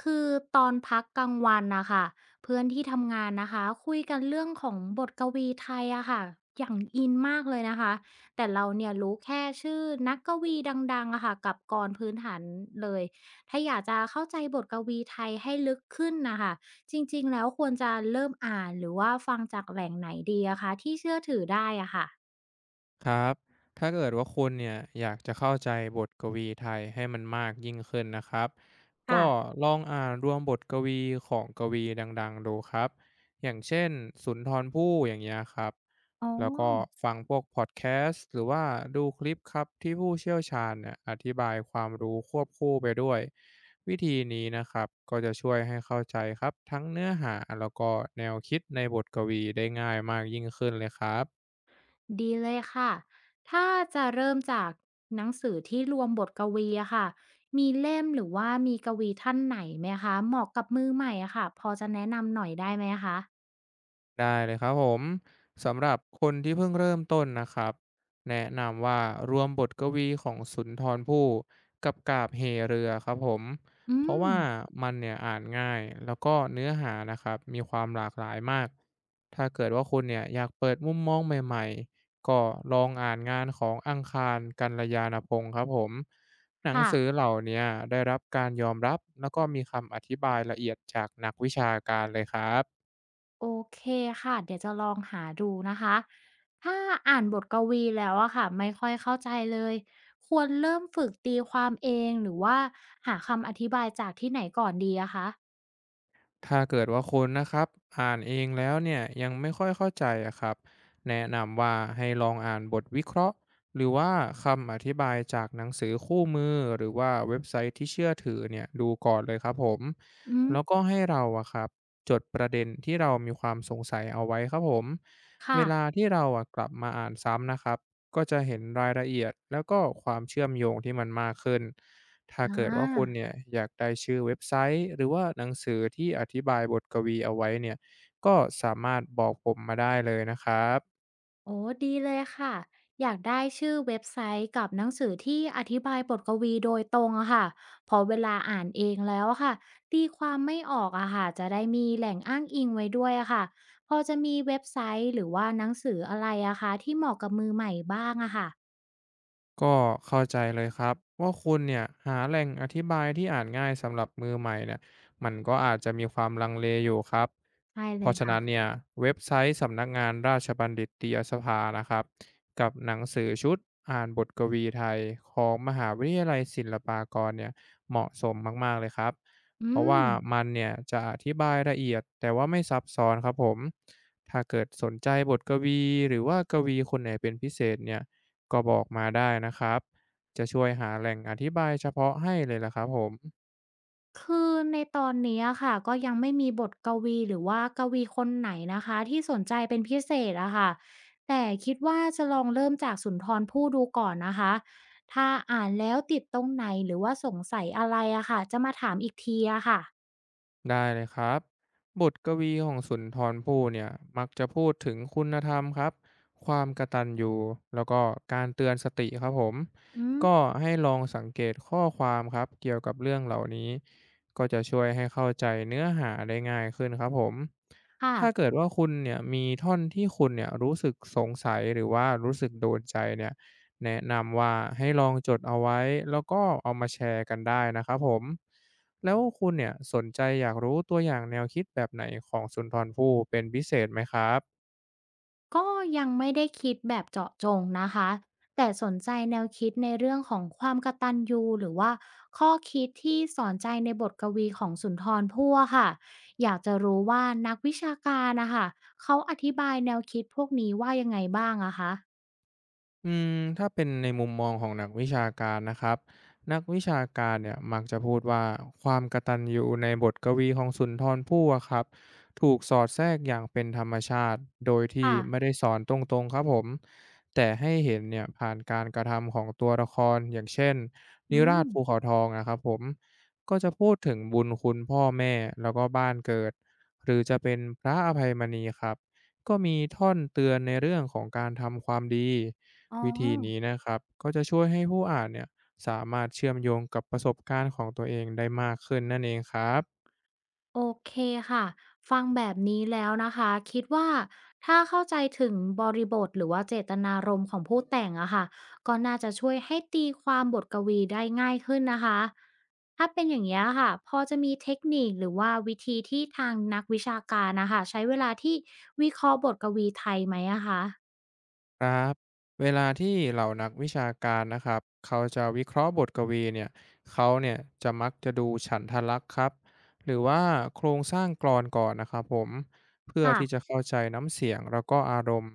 คือตอนพักกลางวันนะคะเพื่อนที่ทำงานนะคะคุยกันเรื่องของบทกวีไทยอะค่ะอย่างอินมากเลยนะคะแต่เราเนี่ยรู้แค่ชื่อนักกวีดังๆอะค่ะกับกรพื้นฐานเลยถ้าอยากจะเข้าใจบทกวีไทยให้ลึกขึ้นนะคะจริงๆแล้วควรจะเริ่มอ่านหรือว่าฟังจากแหล่งไหนดีอะคะที่เชื่อถือได้อะค่ะครับถ้าเกิดว่าคุณเนี่ยอยากจะเข้าใจบทกวีไทยให้มันมากยิ่งขึ้นนะครับค่ะก็ลองอ่านรวมบทกวีของกวีดังๆดูครับอย่างเช่นสุนทรภู่อย่างเงี้ยครับอ๋อ แล้วก็ฟังพวกพอดแคสต์หรือว่าดูคลิปครับที่ผู้เชี่ยวชาญเนี่ยอธิบายความรู้ควบคู่ไปด้วยวิธีนี้นะครับก็จะช่วยให้เข้าใจครับทั้งเนื้อหาแล้วก็แนวคิดในบทกวีได้ง่ายมากยิ่งขึ้นเลยครับ ดีเลยค่ะ ถ้าจะเริ่มจากหนังสือที่รวมบทกวีอะค่ะมีเล่มหรือว่ามีกวีท่านไหนไหมคะเหมาะกับมือใหม่อะค่ะ พอจะแนะนำหน่อยได้ไหมคะ ได้เลยครับผมสำหรับคนที่เพิ่งเริ่มต้นนะครับแนะนำว่ารวมบทกวีของสุนทรภู่กับกาบเหเรือครับผมอืเพราะม ว่ามันเนี่ยอ่านง่ายแล้วก็เนื้อหานะครับมีความหลากหลายมากถ้าเกิดว่าคุณเนี่ยอยากเปิดมุมมองใหม่ๆก็ลองอ่านงานของอังคารกัลยาณพงศ์ครับผมหนังค่ะสือเหล่าเนี้ได้รับการยอมรับแล้วก็มีคำอธิบายละเอียดจากนักวิชาการเลยครับ โอเคค่ะ เดี๋ยวจะลองหาดูนะคะ ถ้าอ่านบทกวีแล้วอะค่ะ ไม่ค่อยเข้าใจเลย ควรเริ่มฝึกตีความเองหรือว่าหาคำอธิบายจากที่ไหนก่อนดีอะคะถ้าเกิดว่าคนนะครับอ่านเองแล้วเนี่ยยังไม่ค่อยเข้าใจอะครับแนะนำว่าให้ลองอ่านบทวิเคราะห์หรือว่าคำอธิบายจากหนังสือคู่มือหรือว่าเว็บไซต์ที่เชื่อถือเนี่ยดูก่อนเลยครับผมอืมแล้วก็ให้เราอะครับจดประเด็นที่เรามีความสงสัยเอาไว้ครับผมเวค่ะลาที่เราอะกลับมาอ่านซ้ำนะครับก็จะเห็นรายละเอียดแล้วก็ความเชื่อมโยงที่มันมากขึ้น ถ้าอเกิดว่าคุณา เนี่ยอยากได้ชื่อเว็บไซต์หรือว่าหนังสือที่อธิบายบทกวีเอาไว้เนี่ยก็สามารถบอกผมมาได้เลยนะครับ โอ้ดีเลยค่ะอยากได้ชื่อเว็บไซต์กับหนังสือที่อธิบายบทกวีโดยตรงอะค่ะพอเวลาอ่านเองแล้วอะค่ะตีความไม่ออกอะค่ะจะได้มีแหล่งอ้างอิงไว้ด้วยอะค่ะพอจะมีเว็บไซต์หรือว่าหนังสืออะไรอะคะที่เหมาะกับมือใหม่บ้างอะค่ะก็เข้าใจเลยครับว่าคุณเนี่ยหาแหล่งอธิบายที่อ่านง่ายสำหรับมือใหม่เนี่ยมันก็อาจจะมีความลังเลอยู่ครับใช่เพเลยราะฉะนั้นค่ะเนี่ยเว็บไซต์สำนักงานราชบัณฑิตยสภานะครับกับหนังสือชุดอ่านบทกวีไทยของมหาวิทยาลัยศิลปากรเนี่ยเหมาะสมมากๆเลยครับอืเพราะว่าม มันเนี่ยจะอธิบายละเอียดแต่ว่าไม่ซับซ้อนครับผมถ้าเกิดสนใจบทกวีหรือว่ากวีคนไหนเป็นพิเศษเนี่ย ก็บอกมาได้นะครับ จะช่วยหาแหล่งอธิบายเฉพาะให้เลยล่ะครับผม คือในตอนนี้อะค่ะก็ยังไม่มีบทกวีหรือว่ากวีคนไหนนะคะที่สนใจเป็นพิเศษอะค่ะแต่คิดว่าจะลองเริ่มจากสุนทรภู่ดูก่อนนะคะถ้าอ่านแล้วติดตรงไหนหรือว่าสงสัยอะไรอะค่ะจะมาถามอีกทีอะค่ะได้เลยครับบทกวีของสุนทรภู่เนี่ยมักจะพูดถึงคุณธรรมครับความกตัญญูแล้วก็การเตือนสติครับผมอืมก็ให้ลองสังเกตข้อความครับเกี่ยวกับเรื่องเหล่านี้ก็จะช่วยให้เข้าใจเนื้อหาได้ง่ายขึ้นครับผมค่ะ ถ้าเกิดว่าคุณเนี่ยมีท่อนที่คุณเนี่ยรู้สึกสงสัยหรือว่ารู้สึกโดนใจเนี่ยแนะนำว่าให้ลองจดเอาไว้แล้วก็เอามาแชร์กันได้นะครับผม แล้วคุณเนี่ยสนใจอยากรู้ตัวอย่างแนวคิดแบบไหนของสุนทรภู่เป็นพิเศษไหมครับ ก็ยังไม่ได้คิดแบบเจาะจงนะคะแต่สนใจแนวคิดในเรื่องของความกตัญญูหรือว่าข้อคิดที่สอนใจในบทกวีของสุนทรภู่อะค่ะอยากจะรู้ว่านักวิชาการนะคะเขาอธิบายแนวคิดพวกนี้ว่ายังไงบ้างอะคะถ้าเป็นในมุมมองของนักวิชาการนะครับนักวิชาการเนี่ยมักจะพูดว่าความกตัญญูในบทกวีของสุนทรภู่อะครับถูกสอดแทรกอย่างเป็นธรรมชาติโดยที่ค่ะไม่ได้สอนตรงๆครับผมแต่ให้เห็นเนี่ยผ่านการกระทำของตัวละครอย่างเช่นอืนิรามศภูเขาทองนะครับผมก็จะพูดถึงบุญคุณพ่อแม่แล้วก็บ้านเกิดหรือจะเป็นพระอภัยมณีครับ ก็มีท่อนเตือนในเรื่องของการทำความดีอ๋อ วิธีนี้นะครับก็จะช่วยให้ผู้อ่านเนี่ยสามารถเชื่อมโยงกับประสบการณ์ของตัวเองได้มากขึ้นนั่นเองครับ โอเคค่ะ ฟังแบบนี้แล้วนะคะ คิดว่าถ้าเข้าใจถึงบริบทหรือว่าเจตนารมณ์ของผู้แต่งอะค่ะก็น่าจะช่วยให้ตีความบทกวีได้ง่ายขึ้นนะคะ ถ้าเป็นอย่างนี้ยค่ะพอจะมีเทคนิคหรือว่าวิธีที่ทางนักวิชาการนะคะใช้เวลาที่วิเคราะห์บทกวีไทยไหมอะคะครับเวลาที่เหล่านักวิชาการนะครับเขาจะวิเคราะห์บทกวีเนี่ยเขาเนี่ยจะมักจะดูฉันทลักษณ์ครับหรือว่าโครงสร้างกลอนก่อนนะครับผมเพื่อค่ะที่จะเข้าใจน้ำเสียงแล้วก็อารมณ์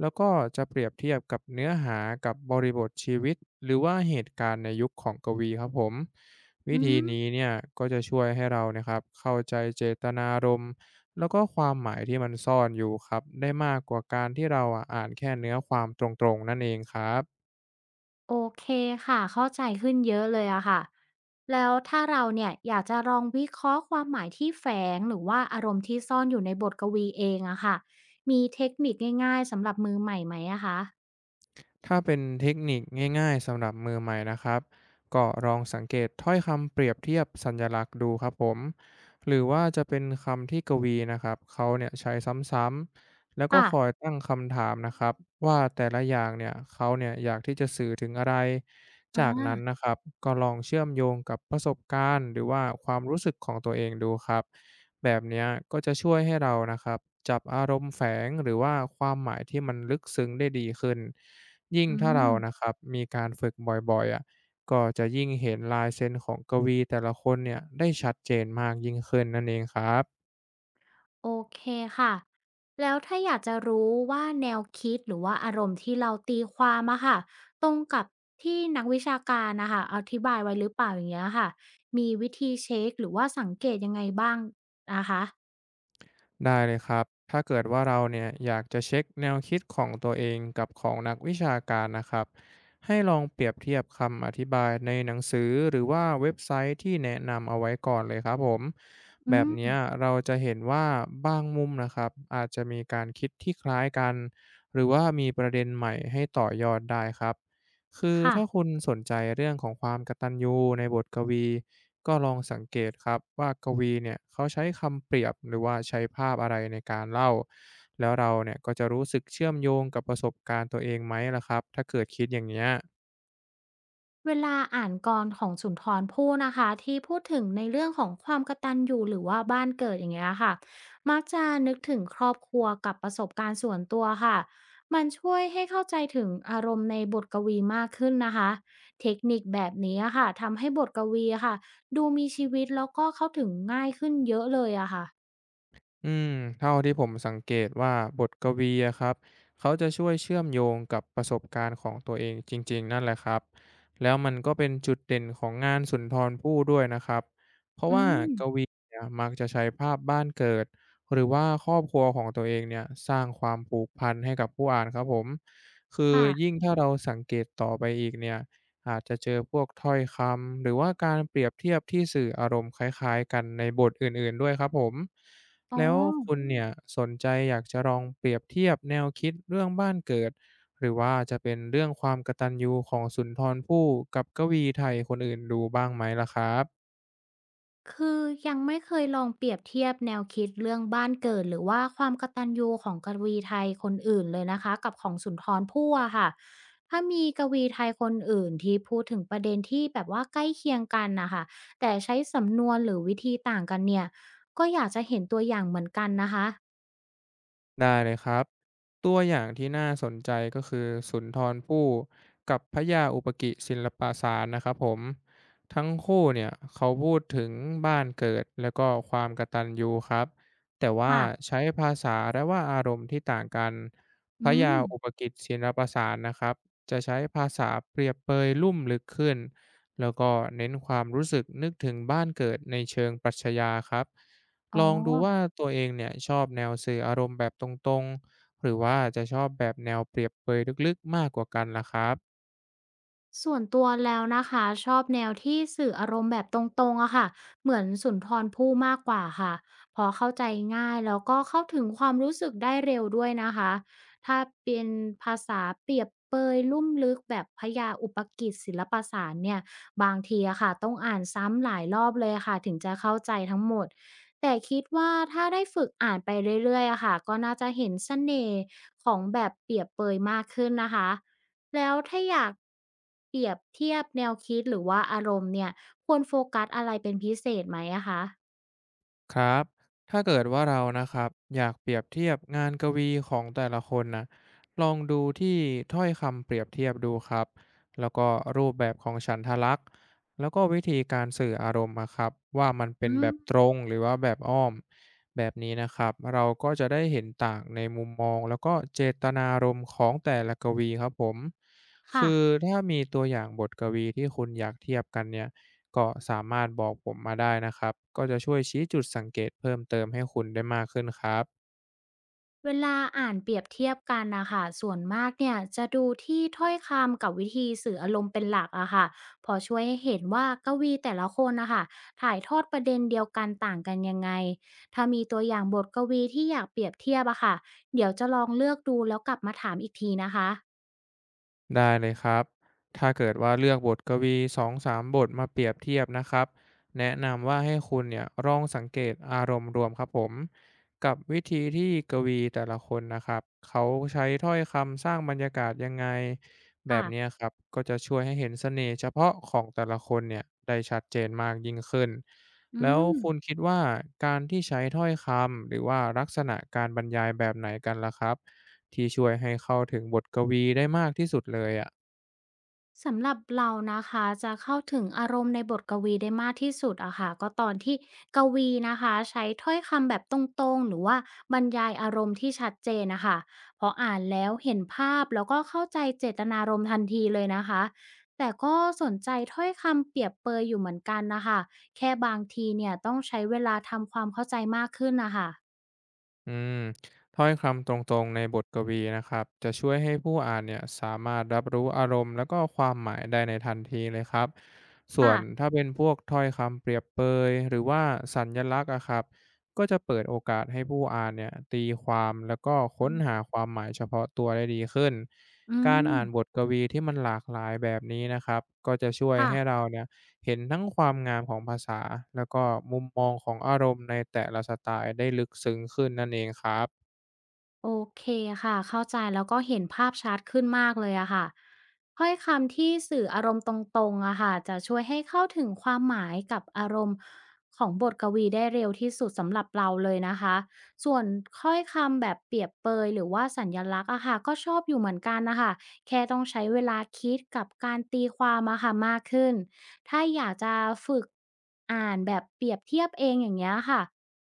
แล้วก็จะเปรียบเทียบกับเนื้อหากับบริบทชีวิตหรือว่าเหตุการณ์ในยุคของกวีครับผมวิอืธีม นี้เนี่ยก็จะช่วยให้เรานะครับเข้าใจเจตนารมณ์ แล้วก็ความหมายที่มันซ่อนอยู่ครับได้มากกว่าการที่เราอะอ่านแค่เนื้อความตรงๆนั่นเองครับโอเคค่ะ เข้าใจขึ้นเยอะเลยอะค่ะ แล้วถ้าเราเนี่ยอยากจะลองวิเคราะห์ความหมายที่แฝงหรือว่าอารมณ์ที่ซ่อนอยู่ในบทกวีเองอะค่ะ มีเทคนิคง่ายๆสำหรับมือใหม่ไหมอะคะถ้าเป็นเทคนิคง่ายๆสำหรับมือใหม่นะครับก็ลองสังเกตถ้อยคำเปรียบเทียบสัญลักษณ์ดูครับผมหรือว่าจะเป็นคำที่กวีนะครับเขาเนี่ยใช้ซ้ำๆ แล้วก็ค่ะคอยตั้งคำถามนะครับว่าแต่ละอย่างเนี่ยเขาเนี่ยอยากที่จะสื่อถึงอะไรอ่จากนั้นานะครับก็ลองเชื่อมโยงกับประสบการณ์หรือว่าความรู้สึกของตัวเองดูครับแบบเนี้ยก็จะช่วยให้เรานะครับจับอารมณ์แฝงหรือว่าความหมายที่มันลึกซึ้งได้ดีขึ้นยิ่งอืถ้าเรานะคมรับมีการฝึกบ่อยๆอ่ะก็จะยิ่งเห็นลายเซ็นของกวีแต่ละคนเนี่ยได้ชัดเจนมากยิ่งขึ้นนั่นเองครับ โอเคค่ะ แล้วถ้าอยากจะรู้ว่าแนวคิดหรือว่าอารมณ์ที่เราตีความอะค่ะตรงกับที่นักวิชาการนะคะอธิบายไว้หรือเปล่าอย่างเงี้ยค่ะมีวิธีเช็คหรือว่าสังเกตยังไงบ้างนะคะได้เลยครับถ้าเกิดว่าเราเนี่ยอยากจะเช็คแนวคิดของตัวเองกับของนักวิชาการนะครับให้ลองเปรียบเทียบคำอธิบายในหนังสือหรือว่าเว็บไซต์ที่แนะนำเอาไว้ก่อนเลยครับผมแบอืบม เนี้ยเราจะเห็นว่าบางมุมนะครับอาจจะมีการคิดที่คล้ายกันหรือว่ามีประเด็นใหม่ให้ต่อยอดได้ครับ คือค่ะถ้าคุณสนใจเรื่องของความกตัญญูในบทกวีก็ลองสังเกตครับว่ากวีเนี่ยเขาใช้คำเปรียบหรือว่าใช้ภาพอะไรในการเล่าแล้วเราเนี่ยก็จะรู้สึกเชื่อมโยงกับประสบการณ์ตัวเองไหมล่ะครับถ้าเกิดคิดอย่างเนี้ย เวลาอ่านกรของสุนทรภู่นะคะที่พูดถึงในเรื่องของความกตัญญูหรือว่าบ้านเกิดอย่างเงี้ยค่ะมักจะนึกถึงครอบครัวกับประสบการณ์ส่วนตัวค่ะมันช่วยให้เข้าใจถึงอารมณ์ในบทกวีมากขึ้นนะคะเทคนิคแบบนี้อะค่ะทำให้บทกวีอะค่ะดูมีชีวิตแล้วก็เข้าถึงง่ายขึ้นเยอะเลยอะค่ะอืมเท่าที่ผมสังเกตว่าบทกวีอะครับเขาจะช่วยเชื่อมโยงกับประสบการณ์ของตัวเองจริงๆนั่นแหละครับแล้วมันก็เป็นจุดเด่นของงานสุนทรภู่ด้วยนะครับเพราะอืว่ามกวีเนี่ยมักจะใช้ภาพบ้านเกิดหรือว่าครอบครัวของตัวเองเนี่ยสร้างความผูกพันให้กับผู้อ่านครับผมคือค่ะยิ่งถ้าเราสังเกตต่อไปอีกเนี่ยอาจจะเจอพวกถ้อยคำหรือว่าการเปรียบเทียบที่สื่ออารมณ์คล้ายๆกันในบทอื่นๆด้วยครับผม อ๋อ แล้วคุณเนี่ยสนใจอยากจะลองเปรียบเทียบแนวคิดเรื่องบ้านเกิดหรือว่าจะเป็นเรื่องความกตัญญูของสุนทรภู่กับกวีไทยคนอื่นดูบ้างไหมล่ะครับ คือยังไม่เคยลองเปรียบเทียบแนวคิดเรื่องบ้านเกิดหรือว่าความกตัญญูของกวีไทยคนอื่นเลยนะคะกับของสุนทรภู่อะค่ะถ้ามีกวีไทยคนอื่นที่พูดถึงประเด็นที่แบบว่าใกล้เคียงกันนะคะแต่ใช้สำนวนหรือวิธีต่างกันเนี่ยก็อยากจะเห็นตัวอย่างเหมือนกันนะคะได้เลยครับตัวอย่างที่น่าสนใจก็คือสุนทรภู่กับพระยาอุปกิศิลปาสารนะครับผมทั้งคู่เนี่ยเขาพูดถึงบ้านเกิดแล้วก็ความกตัญญูครับแต่ว่าค่ะใช้ภาษาและว่าอารมณ์ที่ต่างกันพอืระมยาอุปกิจศิลปาสารนะครับจะใช้ภาษาเปรียบเปยลุ่มลึกขึ้นแล้วก็เน้นความรู้สึกนึกถึงบ้านเกิดในเชิงปรัชญาครับ อ๋อ ลองดูว่าตัวเองเนี่ยชอบแนวสื่ออารมณ์แบบตรงๆหรือว่าจะชอบแบบแนวเปรียบเปรยลึกๆมากกว่ากันล่ะครับ ส่วนตัวแล้วนะคะชอบแนวที่สื่ออารมณ์แบบตรงๆอะค่ะเหมือนสุนทรภู่มากกว่าค่ะพอเข้าใจง่ายแล้วก็เข้าถึงความรู้สึกได้เร็วด้วยนะคะถ้าเป็นภาษาเปรียบเปยลุ่มลึกแบบพยาอุปกิจศิลปสารเนี่ยบางทีอะค่ะต้องอ่านซ้ำหลายรอบเลยค่ะถึงจะเข้าใจทั้งหมดแต่คิดว่าถ้าได้ฝึกอ่านไปเรื่อยๆอะค่ะก็น่าจะเห็นเสน่ห์ของแบบเปรียบเปยมากขึ้นนะคะ แล้วถ้าอยากเปรียบเทียบแนวคิดหรือว่าอารมณ์เนี่ยควรโฟกัสอะไรเป็นพิเศษไหมอะคะครับ ถ้าเกิดว่าเรานะครับอยากเปรียบเทียบงานกวีของแต่ละคนนะลองดูที่ถ้อยคำเปรียบเทียบดูครับแล้วก็รูปแบบของฉันทลักษณ์แล้วก็วิธีการสื่ออารมณ์นะครับว่ามันเป็นอืแบมบตรงหรือว่าแบบอ้อมแบบนี้นะครับเราก็จะได้เห็นต่างในมุมมองแล้วก็เจตนารมณ์ของแต่ละกวีครับผม ค่ะคือถ้ามีตัวอย่างบทกวีที่คุณอยากเทียบกันเนี่ยก็สามารถบอกผมมาได้นะครับก็จะช่วยชี้จุดสังเกตเพิ่มเติมให้คุณได้มากขึ้นครับ เวลาอ่านเปรียบเทียบกันน่ะค่ะส่วนมากเนี่ยจะดูที่ถ้อยคำกับวิธีสื่ออารมณ์เป็นหลักอะค่ะพอช่วยให้เห็นว่ากวีแต่ละคนน่ะค่ะถ่ายทอดประเด็นเดียวกันต่างกันยังไงถ้ามีตัวอย่างบทกวีที่อยากเปรียบเทียบอะค่ะเดี๋ยวจะลองเลือกดูแล้วกลับมาถามอีกทีนะคะได้เลยครับ ถ้าเกิดว่าเลือกบทกวีสองสามบทมาเปรียบเทียบนะครับ แนะนำว่าให้คุณเนี่ยลองสังเกตอารมณ์รวมครับผม กับวิธีที่กวีแต่ละคนนะครับเขาใช้ถ้อยคำสร้างบรรยากาศยังไงแบค่ะบเนี้ยครับก็จะช่วยให้เห็นเสน่ห์เฉพาะของแต่ละคนเนี่ยได้ชัดเจนมากยิ่งขึ้น อืแล้วม คุณคิดว่าการที่ใช้ถ้อยคำหรือว่าลักษณะการบรรยายแบบไหนกันล่ะครับ ที่ช่วยให้เข้าถึงบทกวีได้มากที่สุดเลยอะสำหรับเรานะคะจะเข้าถึงอารมณ์ในบทกวีได้มากที่สุดอะค่ะก็ตอนที่กวีนะคะใช้ถ้อยคำแบบตรงๆหรือว่าบรรยายอารมณ์ที่ชัดเจนนะคะพออ่านแล้วเห็นภาพแล้วก็เข้าใจเจตนารมณ์ทันทีเลยนะคะแต่ก็สนใจถ้อยคำเปรียบเปรยอยู่เหมือนกันนะคะแค่บางทีเนี่ยต้องใช้เวลาทำความเข้าใจมากขึ้นนะคะอืมถ้อยคำตรงๆในบทกวีนะครับจะช่วยให้ผู้อ่านเนี่ยสามารถรับรู้อารมณ์แล้วก็ความหมายได้ในทันทีเลยครับส่วนค่ะถ้าเป็นพวกถ้อยคำเปรียบเปยหรือว่าสัญลักษณ์อะครับก็จะเปิดโอกาสให้ผู้อ่านเนี่ยตีความแล้วก็อืค้นหามความหมายเฉพาะตัวได้ดีขึ้นอืกามรอ่านบทกวีที่มันหลากหลายแบบนี้นะครับก็จะช่วยค่ะ ให้เราเนี่ย เห็นทั้งความงามของภาษาแล้วก็มุมมองของอารมณ์ในแต่ละสไตล์ได้ลึกซึ้งขึ้นนั่นเองครับ โอเคค่ะเข้าใจแล้วก็เห็นภาพชัดขึ้นมากเลยอะค่ะถ้อยคำที่สื่ออารมณ์ตรงๆอะค่ะจะช่วยให้เข้าถึงความหมายกับอารมณ์ของบทกวีได้เร็วที่สุดสำหรับเราเลยนะคะส่วนถ้อยคำแบบเปรียบเปรยหรือว่าสัญลักษณ์อะค่ะก็ชอบอยู่เหมือนกันนะคะแค่ต้องใช้เวลาคิดกับการตีความอะค่ะมากขึ้นถ้าอยากจะฝึกอ่านแบบเปรียบเทียบเองอย่างเงี้ยค่ะ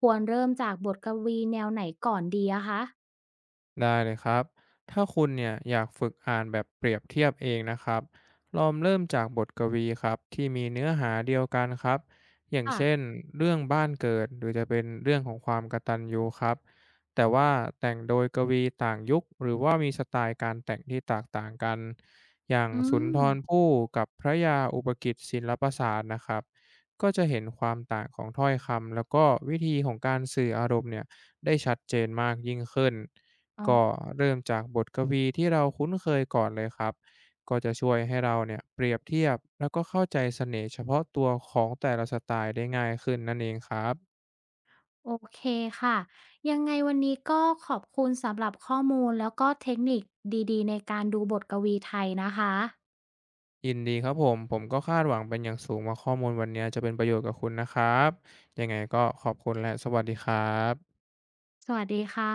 ควรเริ่มจากบทกวีแนวไหนก่อนดีอะคะ ได้เลยครับ ถ้าคุณเนี่ยอยากฝึกอ่านแบบเปรียบเทียบเองนะครับลองเริ่มจากบทกวีครับที่มีเนื้อหาเดียวกันครับ อย่างค่ะเช่นเรื่องบ้านเกิดหรือจะเป็นเรื่องของความกตัญญูครับ แต่ว่าแต่งโดยกวีต่างยุคหรือว่ามีสไตล์การแต่งที่แตกต่างกัน อย่างอืสุนมทรภู่กับพระยาอุปกิจศิลปศาสตร์นะครับก็จะเห็นความต่างของถ้อยคำแล้วก็วิธีของการสื่ออารมณ์เนี่ยได้ชัดเจนมากยิ่งขึ้น อ๋อก็เริ่มจากบทกวีที่เราคุ้นเคยก่อนเลยครับก็จะช่วยให้เราเนี่ยเปรียบเทียบแล้วก็เข้าใจเสน่ห์เฉพาะตัวของแต่ละสไตล์ได้ง่ายขึ้นนั่นเองครับโอเคค่ะ ยังไงวันนี้ก็ขอบคุณสำหรับข้อมูลแล้วก็เทคนิคดีๆในการดูบทกวีไทยนะคะ ยินดีครับผมก็คาดหวังเป็นอย่างสูงว่าข้อมูลวันนี้จะเป็นประโยชน์กับคุณนะครับยังไงก็ขอบคุณและสวัสดีครับสวัสดีค่ะ